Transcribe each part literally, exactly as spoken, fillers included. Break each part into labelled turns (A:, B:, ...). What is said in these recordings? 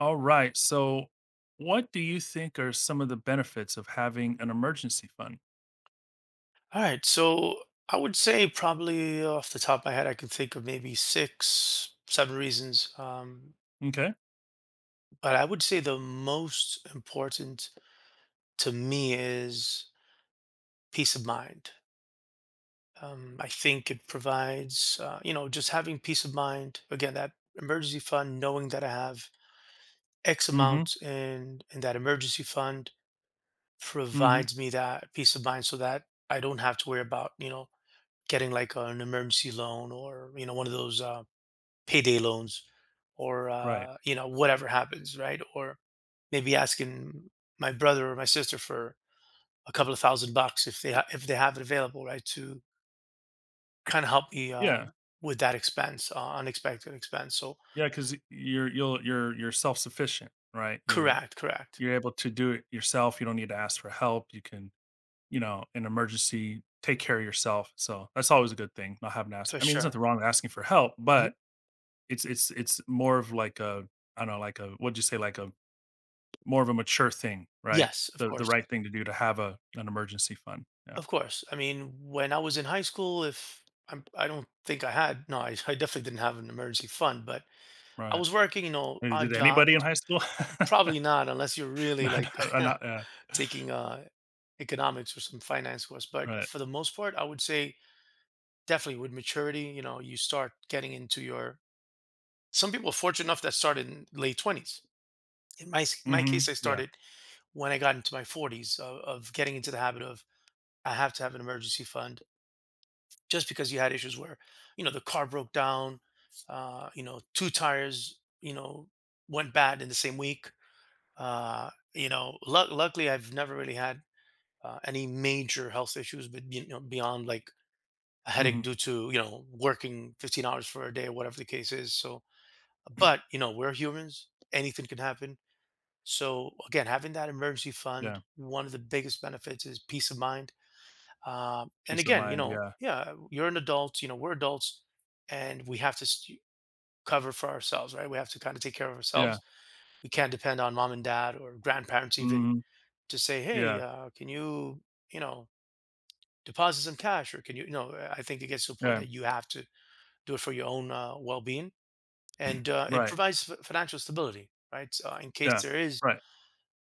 A: All right. So, what do you think are some of the benefits of having an emergency fund?
B: All right, so I would say probably off the top of my head, I could think of maybe six, seven reasons. Um,
A: Okay.
B: but I would say the most important to me is peace of mind. Um, I think it provides, uh, you know, just having peace of mind. Again, that emergency fund, knowing that I have X
A: mm Mhm.
B: amount in in that emergency fund
A: mm Mhm.
B: provides me that peace of mind so that I don't have to worry about, you know, getting like an emergency loan or, you know, one of those Um, payday loans or
A: Right.
B: uh, you know whatever happens, right? Or maybe asking my brother or my sister for a couple of thousand bucks if they ha- if they have it available, right? To kind of help me
A: Yeah.
B: um, with that expense, uh, unexpected expense, so
A: Yeah, cuz you're you'll you're you're self-sufficient, right? You
B: correct, correct.
A: you're able to do it yourself. You don't need to ask for help. You can, you know, in emergency take care of yourself. So, that's always a good thing, not having to ask.
B: For
A: I mean, there's
B: sure.
A: nothing wrong with asking for help,
B: Mhm.
A: but it's it's it's more of like a I don't know, like a what'd you say, like a more of a mature thing, right?
B: Yes, of
A: The the
B: course.
A: right thing to do to have a an emergency fund. Yeah,
B: Of course. I mean, when I was in high school, if I'm, I don't think I had. No, I, I definitely didn't have an emergency fund, but I
A: right.
B: was working, you know
A: Uh, did
B: odd jobs.
A: anybody in high school?
B: Probably not, unless you're really
A: Not
B: like
A: uh, not yeah.
B: taking uh, economics or some finance course. But
A: Right.
B: for the most part, I would say definitely with maturity, you know, you start getting into your. Some people are fortunate enough that started in late twenties. In my s- my case,
A: Mhm.
B: I
A: Yeah.
B: started when I got into my forties of, of getting into the habit of I have to have an emergency fund just because you had issues where, you know, the car broke down, uh, you know, two tires, you know, went bad in the same week. Uh, you know, luck luckily I've never really had uh, any major health issues, but you know, beyond like a headache
A: Mhm.
B: due to you know working fifteen hours for a day or whatever the case is. So, but you know, we're humans; anything can happen. So again, having that emergency fund,
A: Yeah.
B: one of the biggest benefits is peace of mind. Um, and
A: Peace of
B: again, you
A: mind,
B: know,
A: yeah.
B: yeah, you're an adult. You know, we're adults, and we have to st- cover for ourselves, right? We have to kind of take care of
A: Yeah.
B: ourselves. We can't depend on mom and dad or grandparents even
A: Mhm.
B: to say, "Hey,
A: Yeah.
B: uh, can you, you know, deposit some cash? Or can you, you know, I think it gets to a point
A: Yeah.
B: that you have to do it for your own uh, well-being, and uh, it
A: Right.
B: provides f- financial stability, right? So, Uh, in case
A: Yeah.
B: there is
A: Right.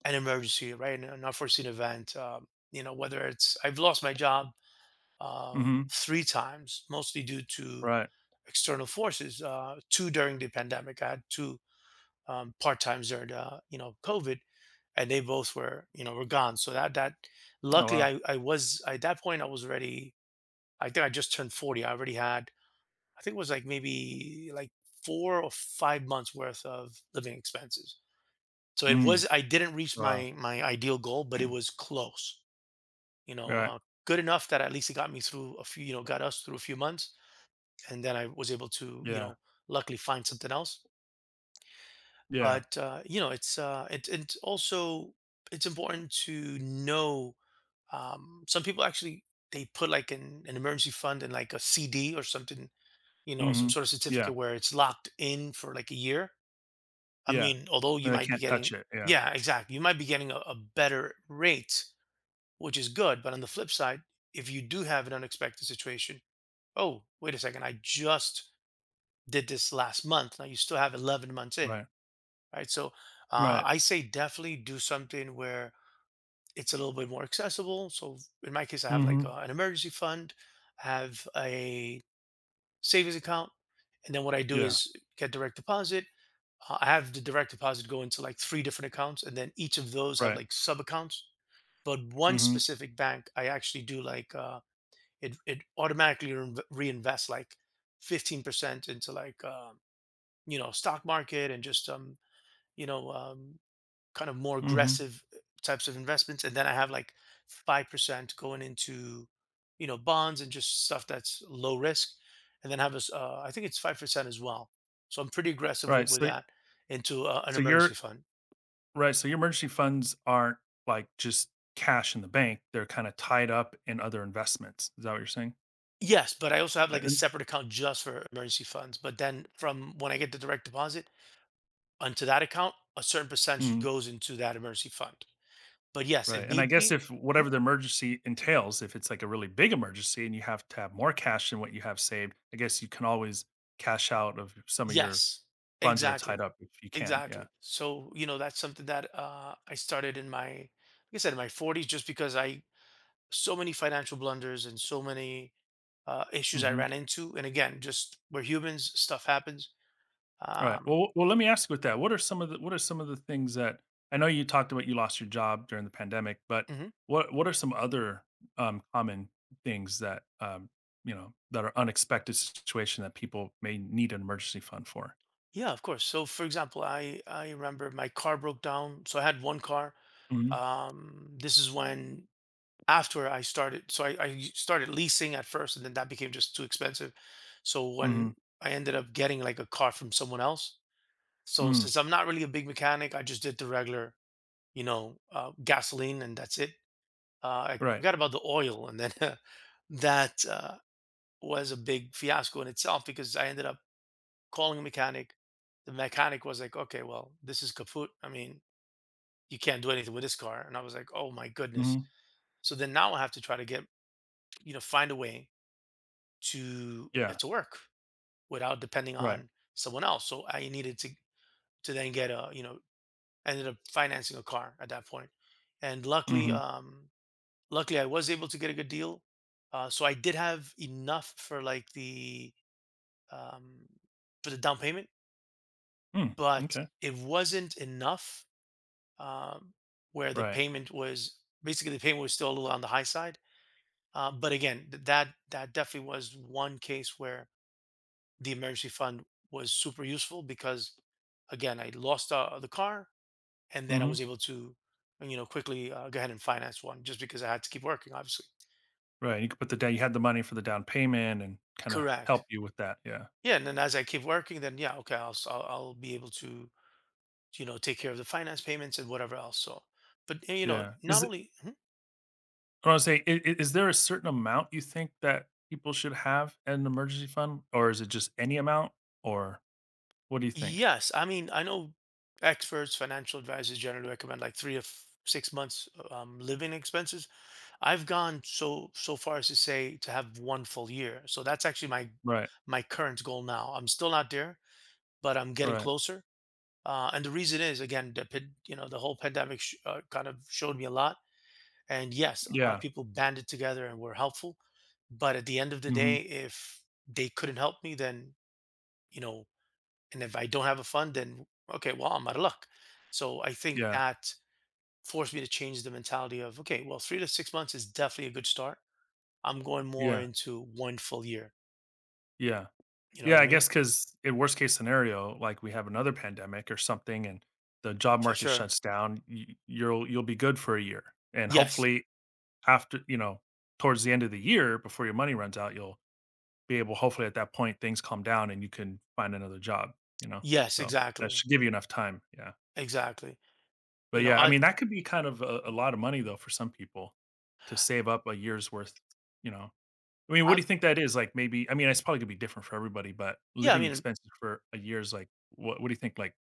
B: an emergency, right? An unforeseen event, um, you know, whether it's I've lost my job uh,
A: Mhm.
B: three times, mostly due to
A: Right.
B: external forces, uh, two during the pandemic. I had two um, part-times during, uh, you know, COVID, and they both were, you know, were gone. So that, that,
A: Oh,
B: luckily
A: wow.
B: I, I was, at that point, I was already, I think I just turned forty. I already had, I think it was like maybe like four or five months worth of living expenses. So it
A: Mm.
B: was, I didn't reach
A: Wow.
B: my my ideal goal, but it was close. You know,
A: Right.
B: uh, good enough that at least it got me through a few, you know, got us through a few months, and then I was able to, you
A: Yeah.
B: know, luckily find something else.
A: Yeah.
B: But uh, you know, it's uh, it, it's also. It's important to know. Um, some people actually they put like an, an emergency fund and like a C D or something, you know, some
A: Mhm.
B: sort of
A: Yeah.
B: certificate where it's locked in for like a year. I
A: Yeah.
B: mean, although you
A: And they
B: might be
A: can't touch
B: getting,
A: it. Yeah.
B: yeah, exactly. You might be getting a, a better rate, which is good. But on the flip side, if you do have an unexpected situation, oh, wait a second, I just did this last month. Now you still have eleven months in,
A: Right.
B: right? So uh,
A: Right.
B: I say definitely do something where it's a little bit more accessible. So in my case, I have like uh
A: Mhm.
B: an emergency fund, I have a savings account. And then what I do
A: Yeah.
B: is get direct deposit. Uh, I have the direct deposit go into like three different accounts, and then each of those have
A: Right.
B: like sub accounts. But one
A: Mhm.
B: specific bank, I actually do like uh, it. It automatically reinv- reinvests like fifteen percent into like um, you know stock market, and just um, you know um, kind of more
A: Mhm.
B: aggressive uh, types of investments. And then I have like five percent going into you know bonds and just stuff that's low risk, and then have a s- uh, I think it's five percent as well. So I'm pretty aggressive
A: Right.
B: with, with
A: So
B: that into uh, an
A: so you're
B: emergency fund.
A: right, so your emergency funds aren't, like, just cash in the bank, they're kinda tied up in other investments, is that what you're saying?
B: Yes, but I also have
A: A
B: like a
A: and
B: separate account just for emergency funds, but then from when I get the direct deposit onto that account, a certain percentage
A: mhm,
B: goes into that emergency fund. But yes, if
A: right, and I
B: need
A: guess
B: be.
A: if
B: Hmm?
A: whatever the emergency entails, if it's, like, a really big emergency and you have to have more cash than what you have saved, I guess you can always cash out of some of your
B: Yes,
A: funds that are tied
B: exactly,
A: up if you can, yeah.
B: exactly. So, you know, that's something that uh, I started in my, like I said, in my forties, just because I, so many financial blunders and so many uh, issues I
A: Mhm.
B: ran into. And again, just we're humans, stuff happens.
A: All right.
B: Um,
A: Well, well, let me ask with that. What are some of the what are some of the things that I know you talked about you lost your job during the pandemic, but
B: mhm.
A: what what are some other um, common things that um, you know that are unexpected situation that people may need an emergency fund for?
B: Yeah, of course. So, for example, I I remember my car broke down. So I had one car.
A: Hmm.
B: Um, this is when after I started, so I, I started leasing at first, and then that became just too expensive. So
A: Hmm.
B: when I ended up getting like a car from someone else, so
A: Mm.
B: since I'm not really a big mechanic, I just did the regular, you know, uh, gasoline, and that's it. Uh, I
A: Right.
B: forgot about the oil, and then that uh, was a big fiasco in itself because I ended up calling a mechanic. The mechanic was like, "Okay, well, this is kaput. I mean, you can't do anything with this car." And I was like, "Oh my goodness!"
A: Hmm.
B: So then now I have to try to get, you know, find a way to
A: Yeah.
B: get to work without depending
A: Right.
B: on someone else. So I needed to to then get a you know I ended up financing a car at that point, and luckily
A: Mm-hmm.
B: um luckily I was able to get a good deal. Uh, so I did have enough for like the um for the down payment,
A: Hmm. Mm.
B: but
A: Okay.
B: it wasn't enough um where the
A: Right.
B: payment was basically the payment was still a little on the high side. Uh, but again, th- that that definitely was one case where the emergency fund was super useful because again I lost uh, the car, and then I
A: Hmm.
B: was able to you know quickly uh, go ahead and finance one just because I had to keep working, obviously.
A: Right. You could put the down. You had the money for the down payment and kind of help
B: Correct.
A: you with that. Yeah.
B: Yeah. And then as I keep working, then yeah, okay, i'll s- i'll, I'll be able to you know take care of the finance payments and whatever else, so. But eh, you know
A: Yeah.
B: not
A: Is
B: only. Mhm.
A: I wanna say, I I is there a certain amount you think that people should have in an emergency fund, or is it just any amount? Or what do you think?
B: Yes, I mean I know experts, financial advisors generally recommend like three or f- six months, uh, um, living expenses. I've gone so so far as to say to have one full year. So that's actually my
A: Right,
B: my current goal now. I'm still not there, but I'm getting
A: right.
B: closer. Uh, and the reason is, again, the pan- you know the whole pandemic sh- uh, kind of showed me a lot. And yes, a lot
A: Yeah.
B: of people banded together and were helpful. But at the end of the
A: Mhm.
B: day, if they couldn't help me, then you know, and if I don't have a fund, then okay, well I'm out of luck. So I think
A: Yeah,
B: that forced me to change the mentality of okay, well three to six months is definitely a good start. I'm going more
A: yeah,
B: into one full year.
A: yeah.
B: You know
A: Yeah,
B: what I
A: I
B: mean?
A: guess because in worst case scenario, like, we have another pandemic or something and the job
B: For
A: market
B: sure.
A: shuts down, y you'll you'll be good for a year, and
B: Yes.
A: hopefully after you know, towards the end of the year, before your money runs out, you'll be able hopefully at that point, things calm down and you can find another job, you know?
B: Yes,
A: So, that
B: exactly.
A: should give you enough time, yeah.
B: Exactly.
A: But,
B: You know,
A: yeah, I
B: i
A: mean, that could be kind of a a lot of money, though, for some people to save up a year's worth, you know? I mean, what
B: i
A: do you think that is? Like, maybe I mean, it's probably gonna be different for everybody, but
B: yeah, I
A: living
B: mean,
A: expenses for a year is like what what do you think? Like,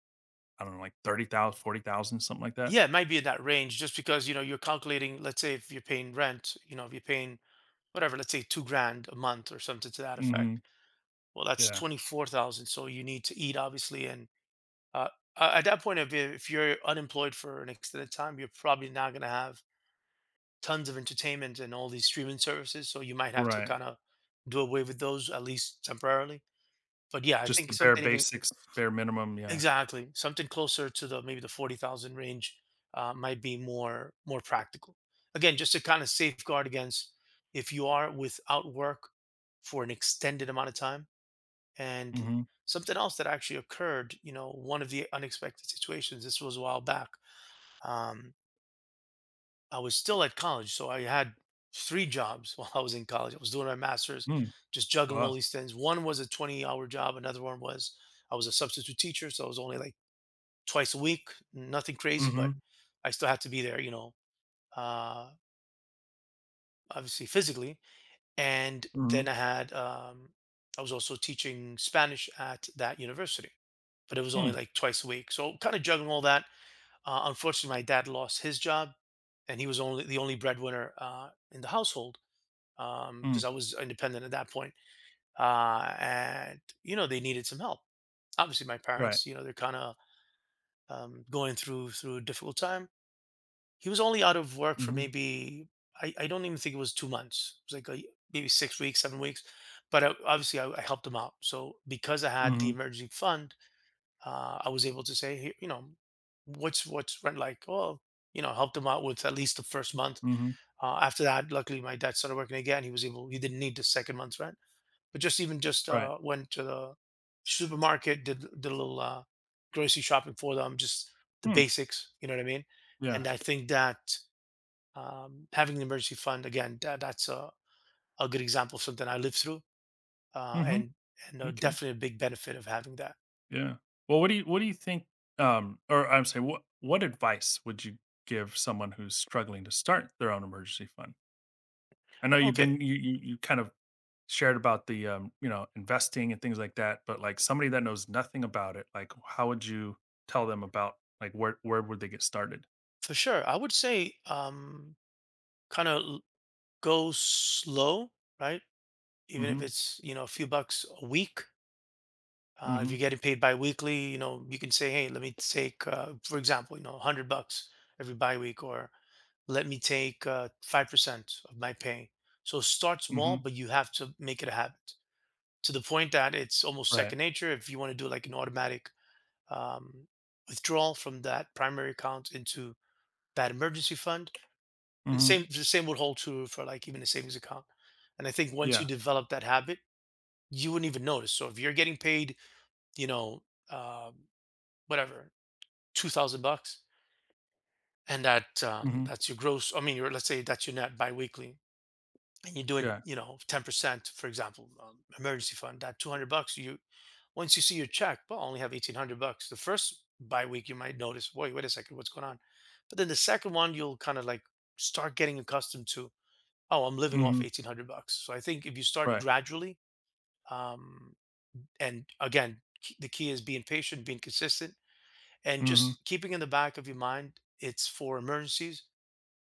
A: I don't know, like thirty thousand, forty thousand, something like that?
B: yeah, it might be in that range just because, you know, you're calculating, let's say if you're paying rent, you know, if you're paying whatever, let's say two grand a month or something to that effect.
A: Mhm.
B: Well, that's
A: Yeah.
B: twenty-four thousand. So you need to eat, obviously. And uh, a- at that point, if, if you're unemployed for an extended time, you're probably not going to have tons of entertainment and all these streaming services. So you might have to
A: Right.
B: kind of do away with those at least temporarily. But yeah, I
A: Just the
B: think
A: bare
B: something even
A: basics, bare minimum, yeah.
B: exactly something closer to the maybe the forty thousand range, uh, might be more more practical. Again, just to kind of safeguard against if you are without work for an extended amount of time, and
A: Mhm.
B: something else that actually occurred, you know one of the unexpected situations, this was a while back. um, I was still at college, so I had three jobs while I was in college. I was doing my master's,
A: Mm.
B: just juggling all
A: Wow.
B: these things. One was a twenty-hour job. Another one was I was a substitute teacher, so I was only like twice a week. Nothing crazy, but
A: Mhm.
B: I still had to be there, you know, uh, obviously physically. And then
A: Mhm.
B: I had um, I was also teaching Spanish at that university, but it was only
A: Mm.
B: like twice a week. So kind of juggling all that. Uh, unfortunately, my dad lost his job, and he was only the only breadwinner uh, in the household um
A: Mm.
B: because I was independent at that point. Uh and you know they needed some help. Obviously my
A: Right.
B: parents, you know, they're kind of um going through through a difficult time. He was only out of work for
A: Mhm.
B: maybe i, I don't even think it was two months. It was like a, maybe six weeks, seven weeks. But I, obviously I, I helped him out, so because I had the
A: Mhm,
B: emergency fund, uh I was able to say, "Here, you know, what's what's rent like, oh, you know," helped him out with at least the first month.
A: mhm,
B: Uh, after that, luckily my dad started working again. He was able, he didn't need the second month's rent. But just even just
A: right.
B: uh, went to the supermarket, did did a little uh, grocery shopping for them, just the
A: Hmm,
B: basics. You know what I mean?
A: yeah,
B: And I think that um, having an emergency fund, again, that, that's a, a good example of something I lived through, uh,
A: mhm,
B: and and uh,
A: okay.
B: definitely a big benefit of having that.
A: Yeah. Well, what do you what do you think, um or I'm saying, what what advice would you give someone who's struggling to start their own emergency fund? I know you've
B: Okay,
A: been you you you kind of shared about the, um, you know, investing and things like that, but, like, somebody that knows nothing about it, like, how would you tell them about, like, where where would they get started?
B: for sure. I would say um, kind of go slow, right? Even if
A: Mhm,
B: it's, you know, a few bucks a week. Uh, if you're
A: mhm,
B: getting paid biweekly, you know, you can say, hey, let me take, uh, for example, you know, one hundred bucks every biweek, or let me take uh, five percent of my pay. So start small,
A: mhm,
B: but you have to make it a habit, to the point that it's almost
A: right,
B: second nature. If you want to do like an automatic um, withdrawal from that primary account into that emergency fund, and the
A: mhm,
B: same, the same would hold true for like even a savings account. And I think once
A: yeah,
B: you develop that habit, you wouldn't even notice. So if you're getting paid, you know, um, whatever two thousand bucks. And that um,
A: mhm,
B: that's your gross. I mean, your, let's say that's your net biweekly, and you're doing,
A: yeah,
B: you know, ten percent, for example, um, emergency fund. That two hundred bucks. You once you see your check, well, I only have eighteen hundred bucks. The first bi week, you might notice, wait, wait a second, what's going on? But then the second one, you'll kind of like start getting accustomed to, oh, I'm living off
A: mhm,
B: eighteen hundred bucks. So I think if you start
A: right,
B: gradually, um, and again, k- the key is being patient, being consistent, and
A: mhm,
B: just keeping in the back of your mind, it's for emergencies.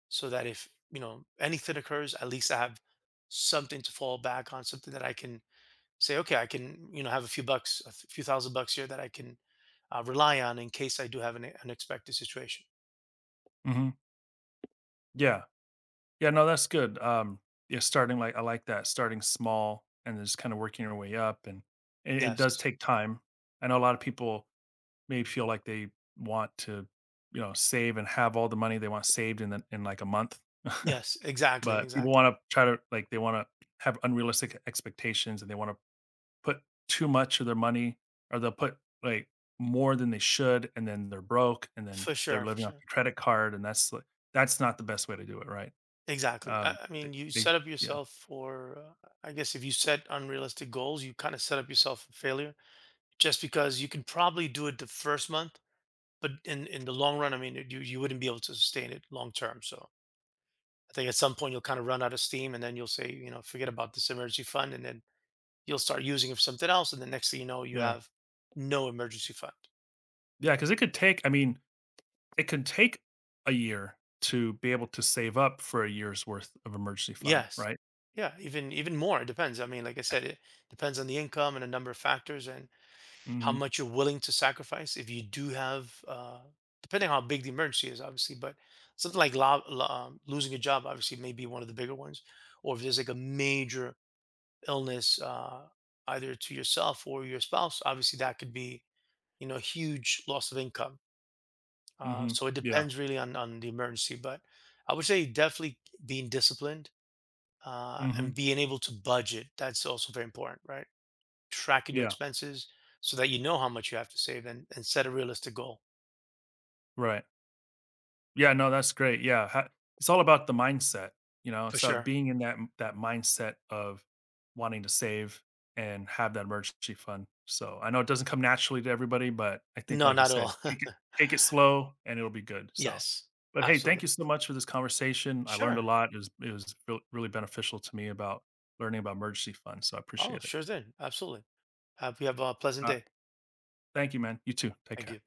B: So that if, you know, anything occurs, at least I have something to fall back on, something that I can say, okay, I can, you know, have a few bucks, a few thousand bucks here that I can uh, rely on in case I do have an unexpected situation.
A: mhm, yeah. Yeah, no, that's good. Um, yeah, starting like I like that, starting small and then just kind of working your way up, and it, it does
B: Yes,
A: take time. I know a lot of people may feel like they want to, you know, save and have all the money they want saved in the, in like a month,
B: yes, exactly,
A: but people
B: exactly.
A: want to try to like they want to have unrealistic expectations and they want to put too much of their money or they'll put like more than they should, and then they're broke, and then
B: For
A: they're
B: sure, for
A: living off
B: sure.
A: the credit card, and that's like that's not the best way to do it, right?
B: Exactly. I,
A: Um,
B: I
A: they,
B: mean, you
A: they
B: set up
A: yeah.
B: yourself for, uh, I guess, if you set unrealistic goals, you kind of set up yourself for failure, just because you can probably do it the first month, but in, in the long run, I mean, you, you wouldn't be able to sustain it long term. So I think at some point you'll kind of run out of steam and then you'll say, you know, forget about this emergency fund, and then you'll start using it for something else. And the next thing you know, you
A: Yeah.
B: have no emergency fund.
A: Yeah, because it could take I mean, it could take a year to be able to save up for a year's worth of emergency fund,
B: Yes.
A: right?
B: Yeah. Even, even more. It depends. I mean, like I said, it depends on the income and a number of factors. And how
A: Mhm,
B: much you're willing to sacrifice. If you do have, uh, depending on how big the emergency is, obviously, but something like lo- lo- um, losing a job, obviously, may be one of the bigger ones. Or if there's like a major illness, uh, either to yourself or your spouse, obviously, that could be, you know, a huge loss of income. Uh,
A: mhm,
B: so it
A: yeah,
B: depends really on, on the emergency. But I would say definitely being disciplined, uh,
A: mhm,
B: and being able to budget. That's also very important, right? Tracking your
A: yeah,
B: expenses so that you know how much you have to save, and, and set a realistic goal,
A: right. Yeah, no, that's great. Yeah, ha it's all about the mindset, you know,
B: for
A: so
B: sure.
A: being in that that mindset of wanting to save and have that emergency fund. So, I know it doesn't come naturally to everybody, but I think,
B: No,
A: like you
B: not at
A: said,
B: all.
A: take it take it slow and it'll be good, so
B: Yes,
A: but hey, thank
B: absolutely.
A: you so much for this conversation. I learned a
B: Sure.
A: lot. It was it was real really beneficial to me about learning about emergency funds, so I
B: Oh,
A: appreciate it.
B: sure thing. Absolutely. Hope you have a pleasant
A: Uh,
B: day.
A: Thank you, man. You too. Take
B: Thank
A: care.
B: you.